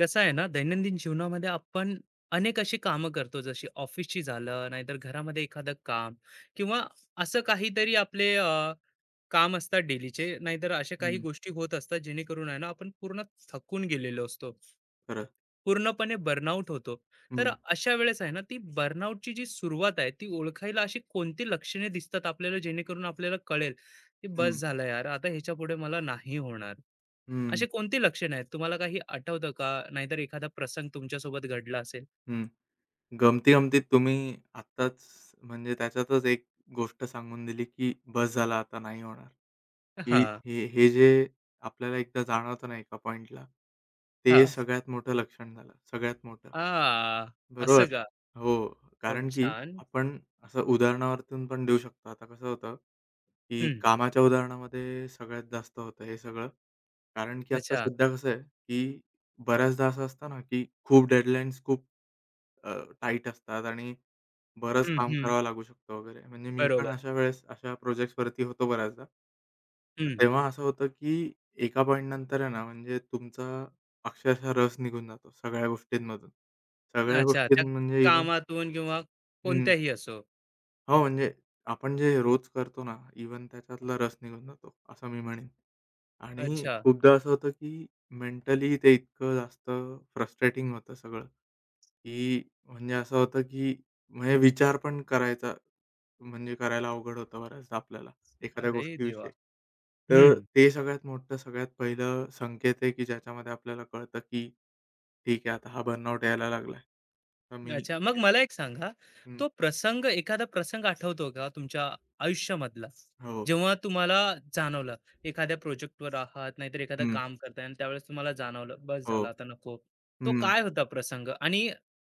कसं आहे ना, दैनंदिन जीवनामध्ये आपण अनेक अशी कामं करतो, जशी ऑफिसची झालं, नाहीतर घरामध्ये एखादं काम किंवा असं काहीतरी आपले काम असतात डेलीचे, नाहीतर अशा काही हं, गोष्टी होत असतात, जेणेकरून आहे ना, आपण पूर्ण थकून गेलेलो असतो. खरंच. पूर्णपणे बर्नआउट होतो. तर हं, अशा वेळेस आहे ना, ती बर्नआउटची जी सुरुवात आहे, ती ओळखायला अशी कोणती लक्षणे दिसतात आपल्याला, जेणेकरून आपल्याला कळेल, की बस हं, झालं यार, आता ह्याच्यापुढे मला नाही होणार. हं, असे कोणती लक्षणे आहेत? तुम्हाला काही आठवतं का? नाहीतर एखादा प्रसंग तुमच्यासोबत घडला असेल? हं. गमती-गमतीत तुम्ही आत्ताच म्हणजे त्याच्यातच एक गोष्ट सांगून दिली, की बस झाला आता नाही होणार. हे हां, हे हे जे आपल्याला एकदा जाणवतं ना एका पॉइंटला, ते हां. सगळ्यात मोठं लक्षण झालं, सगळ्यात मोठं. आ, बरोबर. असं का? हो. खूप कारण की छान. आपण असं उदाहरणावरून पण देऊ शकतो. आता कसं होतं, की हं, कामाच्या उदाहरणामध्ये सगळ्यात जास्त होतं हे सगळं. कारण की आता अच्छा. सध्या कसं आहे, की बऱ्याचदा असं असतं ना, की खूप डेडलाईन्स खूप अ, टाईट असतात आणि बरंच हं, काम हं. करावं लागू शकतं वगैरे. म्हणजे मी पण बरोबर. अशा वेळेस अशा प्रोजेक्ट्सवरती होतो बऱ्याचदा. तर हं. तेव्हा असं होतं, की एका पॉइंटनंतर आहे ना, म्हणजे तुमचा अक्षरशः रस निघून जातो सगळ्या गोष्टींमधून. सगळ्या अच्छा, गोष्टी त्या म्हणजे इव्हन कामातून किंवा हं. कोणत्याही असो. हो, म्हणजे आपण जे रोज करतो ना, इव्हन त्याच्यातला रस निघून जातो, असं मी म्हणेन. आणि अच्छा. खूपदा असं होतं, की मेंटली ते इतकं जास्त फ्रस्ट्रेटिंग होतं सगळं. की म्हणजे असं होतं की म्हणजे विचार पण करायचा म्हणजे करायला अवघड होतं बऱ्याचदा आपल्याला एखाद्या अरे देवा! गोष्टीविषयी. तर हं. ते सगळ्यात मोठं, सगळ्यात पहिलं संकेत आहे की ज्याच्यामध्ये आपल्याला कळतं की ठीक आहे, आता हा बर्नआउट यायला लागलाय. तर मी अच्छा. मग मला एक सांगा, हं, तो प्रसंग एखादा प्रसंग आठवतो का तुमच्या आयुष्यामधला? हो, जेव्हा तुम्हाला जाणवलं, एखाद्या प्रोजेक्टवर आहात, नाहीतर एखादं हं, काम करताय आणि त्यावेळेस तुम्हाला जाणवलं, "बस हो, झालं, आता नको." तो हं, काय होता प्रसंग? आणि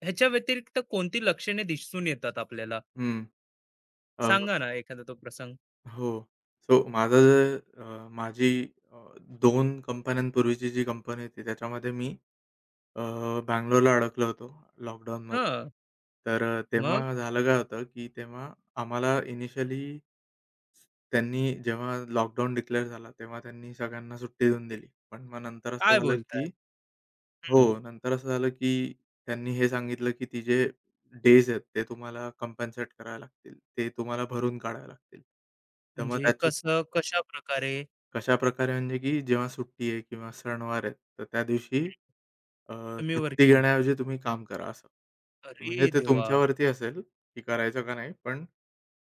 ह्याच्या व्यतिरिक्त कोणती लक्षणे दिसून येतात आपल्याला? हं, अ, सांगा ना एखादा तो प्रसंग. हो. सो माझं जे माझी अ, 2 कंपन्यांपूर्वीची जी कंपनी होती त्याच्यामध्ये मी अ, बंगलोरला अडकलो होतो लॉकडाऊनमध्ये. हां. तर मग तेव्हा झालं काय होतं, की तेव्हा आम्हाला इनिशियली त्यांनी जेव्हा लॉकडाऊन डिक्लेअर झाला, तेव्हा त्यांनी सगळ्यांना सुट्टी देऊन दिली. पण मग नंतर असं काय झालं, बोलताय? की हो, हं. नंतर असं झालं, की त्यांनी हे सांगितलं, की ती जे डेज आहेत, ते तुम्हाला कॉम्पेन्सेट करावे लागतील. ते तुम्हाला भरून काढावे लागतील. तर मग म्हणजे त्याची कसं, कशाप्रकारे कशा प्रकारे म्हणजे की जेव्हा सुट्टी आहे किंवा सणवार आहेत, तर त्या दिवशी अ, तुम्ही सुट्टी वर्किंग? घेण्याऐवजी तुम्ही काम करा असं. म्हणजे अरे ते देवा! तुमच्यावरती असेल की करायचं का नाही, पण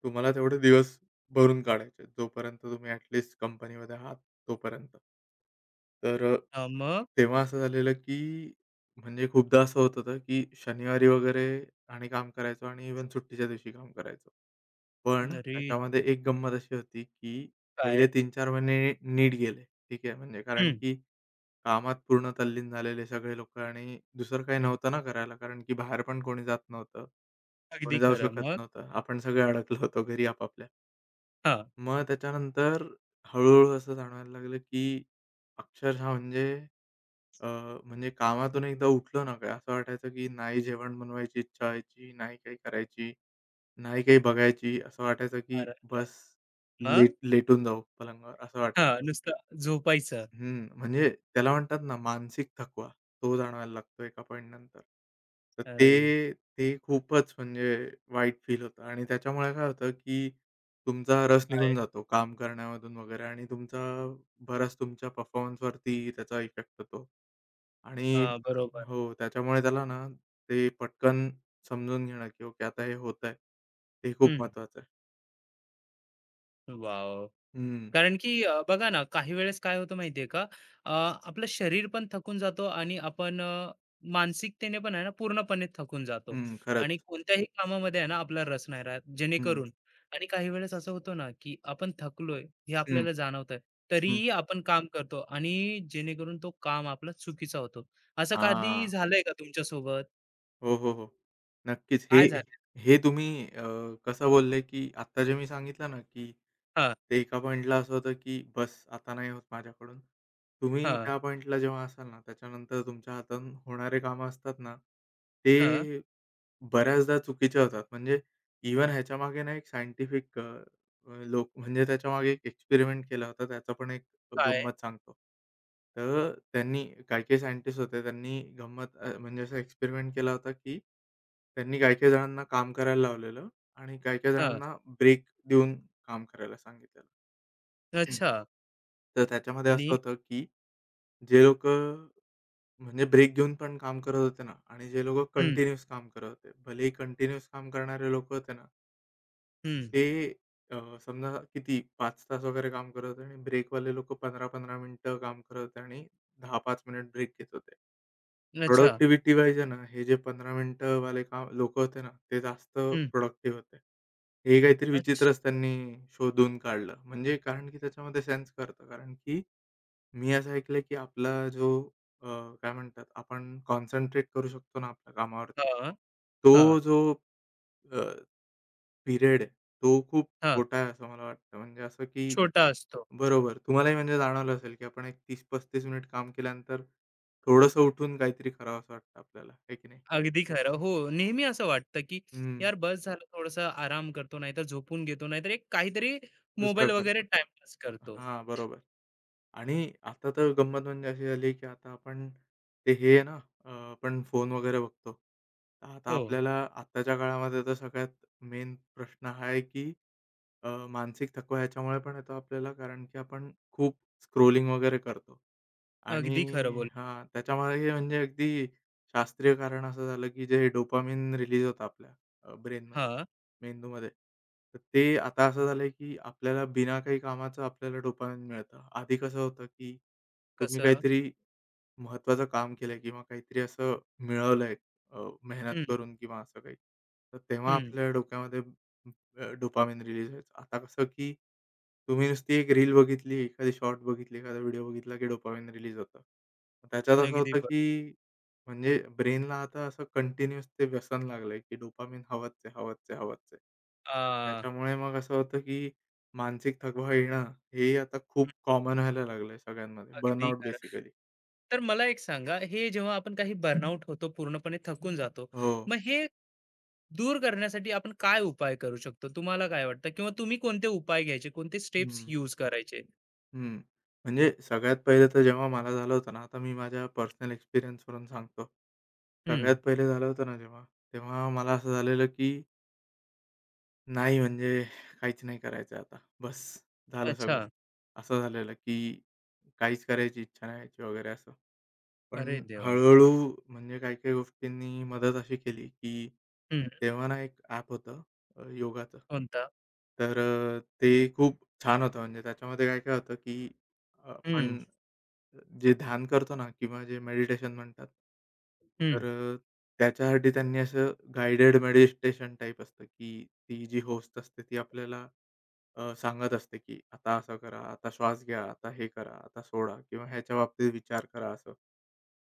तुम्हाला तेवढे दिवस भरून काढायचे आहेत, जोपर्यंत तुम्ही ॲट कंपनीमध्ये आहात तोपर्यंत. तर हां, मग? तेव्हा असं झालेलं की म्हणजे खूपदा असं होत होतं की शनिवारी वगैरे आणि काम करायचो आणि इव्हन सुट्टीच्या दिवशी काम करायचो. पण अरे त्याच्यामध्ये एक गंमत अशी होती की पहिले काय? तीन चार महिने नीट गेले. ठीक आहे. म्हणजे कारण हं. की कामात पूर्ण तल्लीन झालेले सगळे लोकं आणि दुसरं काही नव्हतं ना करायला. कारण की बाहेर पण कोणी जात नव्हतं. अगदी कोणी जाऊ खरं. शकत नव्हतं. आपण सगळे अडकलो होतो घरी आपापल्या. हां. मग त्याच्यानंतर हळू-हळू असं जाणवायला लागलं की अक्षरशः म्हणजे अ, म्हणजे कामातून एकदा उठलो ना का असं वाटायचं की नाही जेवण बनवायची इच्छा व्हायची, नाही काही करायची, नाही काही बघायची. असं वाटायचं की अरे बस हां. मग? लेट लेटून जाऊ पलंगावर असं वाटायचं. हां, नुसतं झोपायचं. हं, म्हणजे त्याला म्हणतात ना मानसिक थकवा, तो जाणवायला लागतो एका पॉइंटनंतर. तर अरे! ते ते खूपच म्हणजे वाईट फील होतं आणि त्याच्यामुळे काय होतं, की तुमचा रस काय निघून जातो काम करण्यामधून वगैरे आणि तुमचा बराच तुमच्या परफॉर्मन्सवरती त्याचा इफेक्ट होतो. आणि हां, बरोबर. हो, त्याच्यामुळे त्याला ना ते पटकन समजून घेणं, की ओके आता हे होतंय, हे खूप हं. महत्वाचं आहे. वॉव! हं, कारण की बघा ना, काही वेळेस काय होतं माहिती का, अ, आपलं शरीर पण थकून जातो आणि आपण मानसिकतेने पण आहे ना, पूर्णपणे थकून जातो हं, आणि खरंच. कोणत्याही कामामध्ये आहे ना, आपला रस नाही राहत. हं, जेणेकरून आणि काही वेळेस असं होतं ना, की आपण थकलोय हे हं, आपल्याला जाणवतंय. हं. तरीही आपण काम करतो आणि जेणेकरून तो काम आपला चुकीचा होतो. असं कधी हां. झालंय का तुमच्यासोबत? हो, हो, हो. नक्कीच. हे काय झालं? हे तुम्ही कसं बोलले, की आत्ता जे मी सांगितलं ना, की हां, ते एका पॉइंटला असं होतं, की बस आता नाही होत माझ्याकडून. तुम्ही हां, त्या पॉइंटला जेव्हा असाल ना, त्याच्यानंतर तुमच्या हातातून होणारे कामं असतात ना, हां. ते बऱ्याचदा चुकीच्या होतात. म्हणजे इव्हन ह्याच्यामागे ना एक सायंटिफिक लोक म्हणजे त्याच्यामागे एक एक्सपेरिमेंट केला होता. त्याचा पण एक काय? गंमत सांगतो. तर त्यांनी काही-काही सायंटिस्ट होते. त्यांनी गंमत म्हणजे असा एक्सपेरिमेंट केला होता, की त्यांनी काही-काही जणांना काम करायला लावलेलं आणि काही-काही हां. जणांना ब्रेक देऊन काम करायला सांगितलेलं. अच्छा तर त्याच्यामध्ये आणि असं होतं, की जे लोकं म्हणजे ब्रेक घेऊन पण काम करत होते ना आणि जे लोकं हं, कंटिन्यूअस काम करत होते. भलेही कंटिन्यूअस काम करणारे लोकं होते ना, हं. ते अ, समजा किती 5 तास वगैरे काम करत होते आणि ब्रेकवाले लोकं 15-15 मिनिटं काम करत होते आणि 10-5 मिनिट ब्रेक घेत होते. अच्छा. प्रोडक्टिव्हिटी वाईज आहे ना, हे जे 15 मिनिटंवाले काम लोकं होते ना, ते जास्त हं. प्रोडक्टिव्ह होते. हे काहीतरी अच्छ विचित्रच त्यांनी शोधून काढलं. म्हणजे कारण की त्याच्यामध्ये सेन्स करतं कारण की मी असं ऐकलंय, की आपला जो अ, काय म्हणतात आपण कॉन्सन्ट्रेट करू शकतो ना आपल्या कामावरती, हां, तो हां, जो अ, पिरियड आहे, तो खूप हां. छोटा आहे असं मला वाटतं. म्हणजे असं की छोटा असतो. बरोबर तुम्हालाही म्हणजे जाणवलं असेल, की आपण एक 30-35 मिनिट काम केल्यानंतर थोडंसं उठून काहीतरी करावंसं वाटतं आपल्याला, आहे की नाही? अगदी खरं. हो, नेहमी असं वाटतं, की हं, यार बस झालं थोडंसं आराम करतो, नाहीतर झोपून घेतो, नाहीतर एक काहीतरी दुसरं मोबाईल कर. वगैरे टाईमपास करतो. हां, बरोबर. आणि आता तर गंमत म्हणजे अशी झाली, की आता आपण ते हे आहे ना, आपण फोन वगैरे बघतो. तर आता हो, आपल्याला आत्ताच्या काळामध्ये तर सगळ्यात मेन प्रश्न हा आहे, की मानसिक थकवा ह्याच्यामुळे पण येतो आपल्याला, कारण की आपण खूप स्क्रोलिंग वगैरे करतो. आणि अगदी खरं बोल हां, त्याच्यामागे म्हणजे अगदी शास्त्रीय कारण असं झालं, की जे डोपामाइन रिलीज होतं आपल्या ब्रेनमध्ये. हां, मेंदूमध्ये. तर ते आता असं झालंय, की आपल्याला बिना काही कामाचं आपल्याला डोपामाइन मिळतं. आधी कसं होतं, की तुम्ही कसं? काहीतरी महत्त्वाचं काम केलंय किंवा काहीतरी असं मिळवलंय मेहनत हं, करून किंवा असं काही. तर तेव्हा हं. आपल्या डोक्यामध्ये डोपामाइन रिलीज व्हायचा. आता कसं की तुम्ही नुसती एक रील बघितली, एखादी शॉर्ट बघितली, एखादा व्हिडिओ बघितला की डोपामाइन रिलीज होतं. मग त्याच्यात असं अगदी होतं बरं. की म्हणजे ब्रेनला आता असं कंटिन्यूअस ते व्यसन लागलंय की डोपामाइन हवंच आहे, हवंच आहे, हवंच आहे. आ, त्याच्यामुळे मग असं होतं की मानसिक थकवा येणं हे आता खूप हं, कॉमन व्हायला लागलंय सगळ्यांमध्ये अगदी बर्नआउट खरं. बेसिकली. तर मला एक सांगा, हे जेव्हा आपण काही बर्नआउट होतो, पूर्णपणे थकून जातो, हो. मग हे दूर करण्यासाठी आपण काय उपाय करू शकतो? तुम्हाला काय वाटतं? किंवा तुम्ही कोणते उपाय घ्यायचे? कोणते स्टेप्स हं, यूज करायचे? हं. म्हणजे सगळ्यात पहिले तर जेव्हा मला झालं होतं ना, आता मी माझ्या पर्सनल एक्सपिरियन्सवरून सांगतो. हं. सगळ्यात पहिले झालं होतं ना जेव्हा, तेव्हा मला असं झालेलं की नाही म्हणजे काहीच नाही करायचं आता. बस झालं अच्छा. सगळं. असं झालेलं की काहीच करायची इच्छा नाही व्हायची वगैरे असं. पण अरे देवा! हळू-हळू म्हणजे काही-काही गोष्टींनी मदत अशी केली की हं. तेव्हा ना एक ॲप होतं योगाचं. कोणता? तर ते खूप छान होतं म्हणजे त्याच्यामध्ये काय-काय होतं की हं, आपण जे ध्यान करतो ना किंवा जे मेडिटेशन म्हणतात. हं. तर त्याच्यासाठी त्यांनी असं गाईडेड मेडिटेशन टाइप असतं, की ती जी होस्ट असते ती आपल्याला सांगत असते, की आता असं करा, आता श्वास घ्या, आता हे करा, आता सोडा किंवा ह्याच्या बाबतीत विचार करा असं.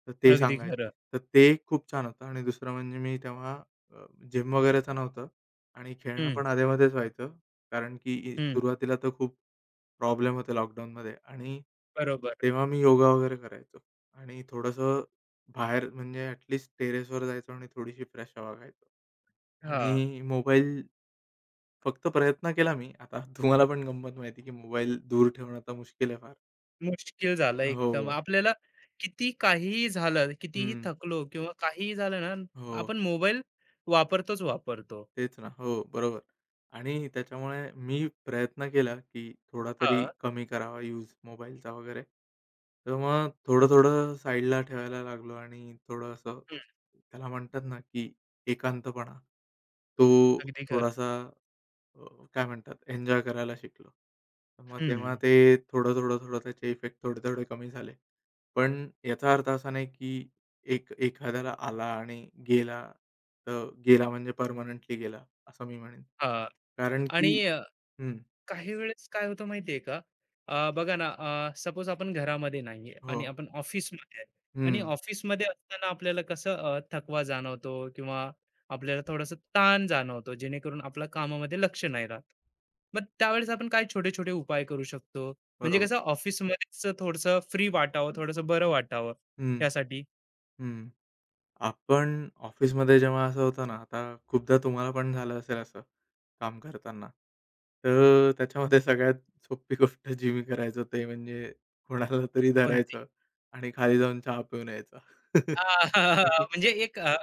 तर ते अगदी सांगायचे. खरं. तर ते खूप छान होतं आणि दुसरं म्हणजे मी तेव्हा अ, जिम वगैरेचं नव्हतं आणि खेळणं हं, पण अधेमध्येच व्हायचं. कारण की हं. सुरुवातीला तर खूप प्रॉब्लेम होते लॉकडाऊनमध्ये आणि बरोबर. तेव्हा मी योगा वगैरे करायचो आणि थोडंसं बाहेर म्हणजे ॲटलीस्ट टेरेसवर जायचो आणि थोडीशी फ्रेश हवा घ्यायचो हां. आणि मोबाईल फक्त प्रयत्न केला मी. आता तुम्हाला पण गंमत माहिती आहे, की मोबाईल दूर ठेवणं आता मुश्किल आहे फार. मुश्किल झालं हो, एकदम. हो. आपल्याला किती काहीही झालं, कितीही हं. थकलो किंवा काहीही झालं ना, हो. आपण मोबाईल वापरतोच वापरतो. तेच ना. हो, बरोबर. आणि त्याच्यामुळे मी प्रयत्न केला, की थोडा तरी हां. कमी करावा यूज मोबाईलचा वगैरे. तर मग थोडं-थोडं साईडला ठेवायला लागलो आणि थोडं असं हं. त्याला म्हणतात ना, की एकांतपणा, तो अगदी खरं. थोडासा अ, काय म्हणतात एन्जॉय करायला शिकलो. तर मग तेव्हा हं. ते थोडं, थोडं, थोडं त्याचे इफेक्ट थोडे, थोडे कमी झाले. पण याचा अर्थ असा नाही की एक एखाद्याला आला आणि गेला, तर गेला म्हणजे पर्मनंटली गेला, असं मी म्हणेन. हां. कारण आणि की हं. काही वेळेस काय होतं माहितीये का? बघा ना, सपोज आपण घरामध्ये नाहीये हो. आणि आपण ऑफिसमध्ये आहे आणि हं. ऑफिसमध्ये असताना आपल्याला कसं थकवा जाणवतो किंवा आपल्याला थोडासा ताण जाणवतो, जेणेकरून आपल्या कामामध्ये लक्ष नाही राहत. मग त्यावेळेस आपण काय छोटे-छोटे उपाय करू शकतो? म्हणजे बरोबर. कसं ऑफिसमध्येच थोडंसं फ्री वाटावं, थोडंसं बरं वाटावं हं, त्यासाठी हं. आपण ऑफिसमध्ये जेव्हा असं होतं ना, आता खूपदा तुम्हाला पण झालं असेल असं, काम करताना. तर त्याच्यामध्ये सगळ्यात सोपी गोष्ट जी मी करायचो ते म्हणजे कोणाला तरी कोणती? धरायचं आणि खाली जाऊन चहा पिऊन यायचा. म्हणजे एक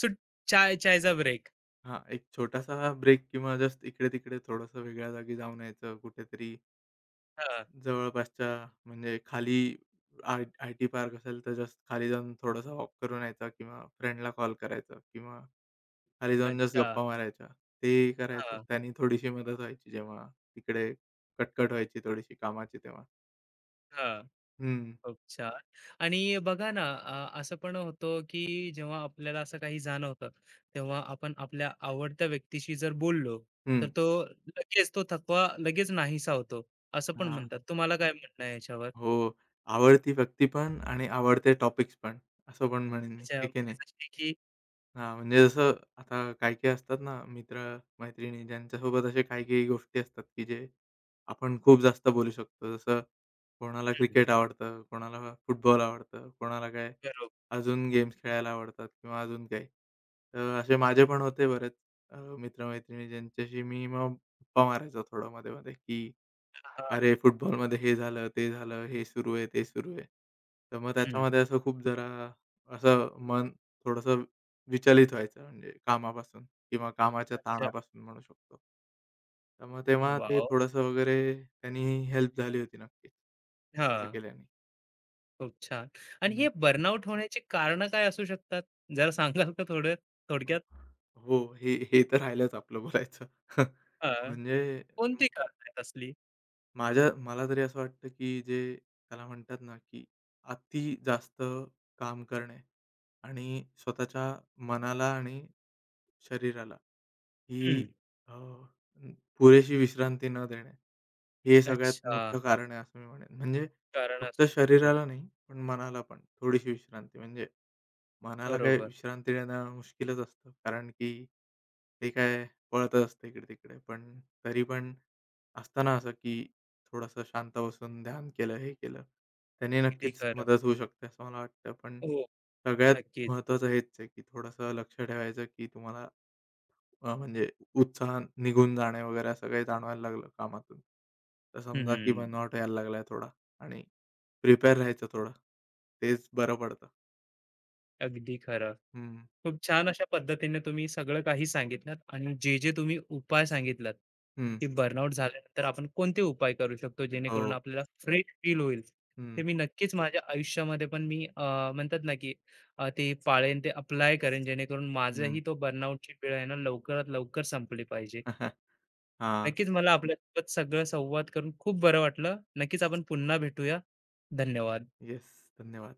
सुट चाय चायचा ब्रेक. हां, एक छोटासा ब्रेक किंवा जस्ट इकडे-तिकडे थोडंसं वेगळ्या जागी जाऊन यायचं, कुठेतरी हां, जवळपासच्या म्हणजे खाली आय आय-टी पार्क असेल तर जस्ट खाली जाऊन थोडासा वॉक करून यायचा किंवा फ्रेंडला कॉल करायचा किंवा खाली जाऊन जस्ट अच्छा. गप्पा मारायच्या. ते करायचो. हां, त्यानी थोडीशी मदत व्हायची जेव्हा तिकडे कटकट व्हायची थोडीशी कामाची तेव्हा. हां. हं, खूप छान. आणि बघा ना, असं पण होतं, की जेव्हा आपल्याला असं काही जाणवतं, तेव्हा आपण आपल्या आवडत्या व्यक्तीशी जर बोललो, हं. तर तो लगेच तो थकवा लगेच नाहीसा होतो, असं पण हां. म्हणतात. तुम्हाला काय म्हणणं आहे याच्यावर? हो. आवडती व्यक्ती पण आणि आवडते टॉपिक्स पण असं पण म्हणेन मी. त्याच्या हे की म्हणजे नाही? जसं आहे की हां, म्हणजे जसं आता काही-काही असतात ना मित्र-मैत्रिणी ज्यांच्यासोबत अशा काही-काही गोष्टी असतात, की जे आपण खूप जास्त बोलू शकतो. जसं कोणाला हं, क्रिकेट आवडतं, कोणाला फुटबॉल आवडतं, कोणाला काय बरोबर. अजून गेम्स खेळायला आवडतात किंवा अजून काही. तर असे माझे पण होते बरेच मित्र ज्यांच्याशी मी मग गप्पा मारायचो थोडं मध्ये-मध्ये, की हां, अरे, फुटबॉलमध्ये हे झालं, ते झालं, हे सुरू आहे, ते सुरू आहे. तर मग हं. त्याच्यामध्ये असं खूप जरा असं मन थोडंसं विचलित व्हायचं म्हणजे कामापासून किंवा कामाच्या अच्छा. ताणापासून म्हणू शकतो. तर मग तेव्हा ते वॉव! थोडंसं वगैरे त्यांनी हेल्प झाली होती नक्कीच. असं हां, केल्याने. खूप छान. आणि हे हं. बर्नआउट होण्याची कारणं काय असू शकतात? जरा सांगाल का थोडं थोडक्यात? हो, हो. हे हे तर राहिलंच आपलं बोलायचं. हां. म्हणजे कोणती कारणं आहेत असली? माझ्या मला तरी असं वाटतं, की जे त्याला म्हणतात ना, की अति जास्त काम करणे आणि स्वतःच्या मनाला आणि शरीराला ही हं. अ, न- पुरेशी विश्रांती न देणे, हे सगळ्यात अच्छा. मोठं कारण आहे असं मी म्हणेन. म्हणजे कारण असू फक्त शकतो. शरीराला नाही, पण मनाला पण थोडीशी विश्रांती. म्हणजे मनाला काय बरोबर. विश्रांती देणं मुश्किलच असतं. कारण की ते काय पळतच असतं इकडे-तिकडे. पण तरी पण असतं असं, की थोडंसं शांत बसून ध्यान केलं, हे केलं. त्याने अगदी नक्कीच खरं. मदत होऊ शकते असं मला वाटतं. पण हो, सगळ्यात नक्कीच. महत्त्वाचं हेच आहे, की थोडंसं लक्ष ठेवायचं, की तुम्हाला म्हणजे उत्साह निघून जाणे वगैरे असं काही जाणवायला लागलं कामातून, तर समजा की हं. बनवाट यायला लागलाय थोडा आणि प्रिपेअर राहायचं थोडं. तेच बरं पडतं. अगदी खरं. हं, खूप छान अशा पद्धतीने तुम्ही सगळं काही सांगितलंत आणि जे तुम्ही उपाय सांगितलात, हं. की बर्नआउट झाल्यानंतर आपण कोणते उपाय करू शकतो, जेणेकरून हो. आपल्याला फ्रेश फील होईल. ते हं, मी नक्कीच माझ्या आयुष्यामध्ये पण मी म्हणतात ना, की ते पाळेन, ते अप्लाय करेन, जेणेकरून हं. हां. माझाही तो बर्नआउटची वेळ आहे ना, लवकरात लवकर संपली पाहिजे. नक्कीच मला आपल्यासोबत सगळं संवाद करून खूप बरं वाटलं. नक्कीच आपण पुन्हा भेटूया. धन्यवाद. येस. धन्यवाद.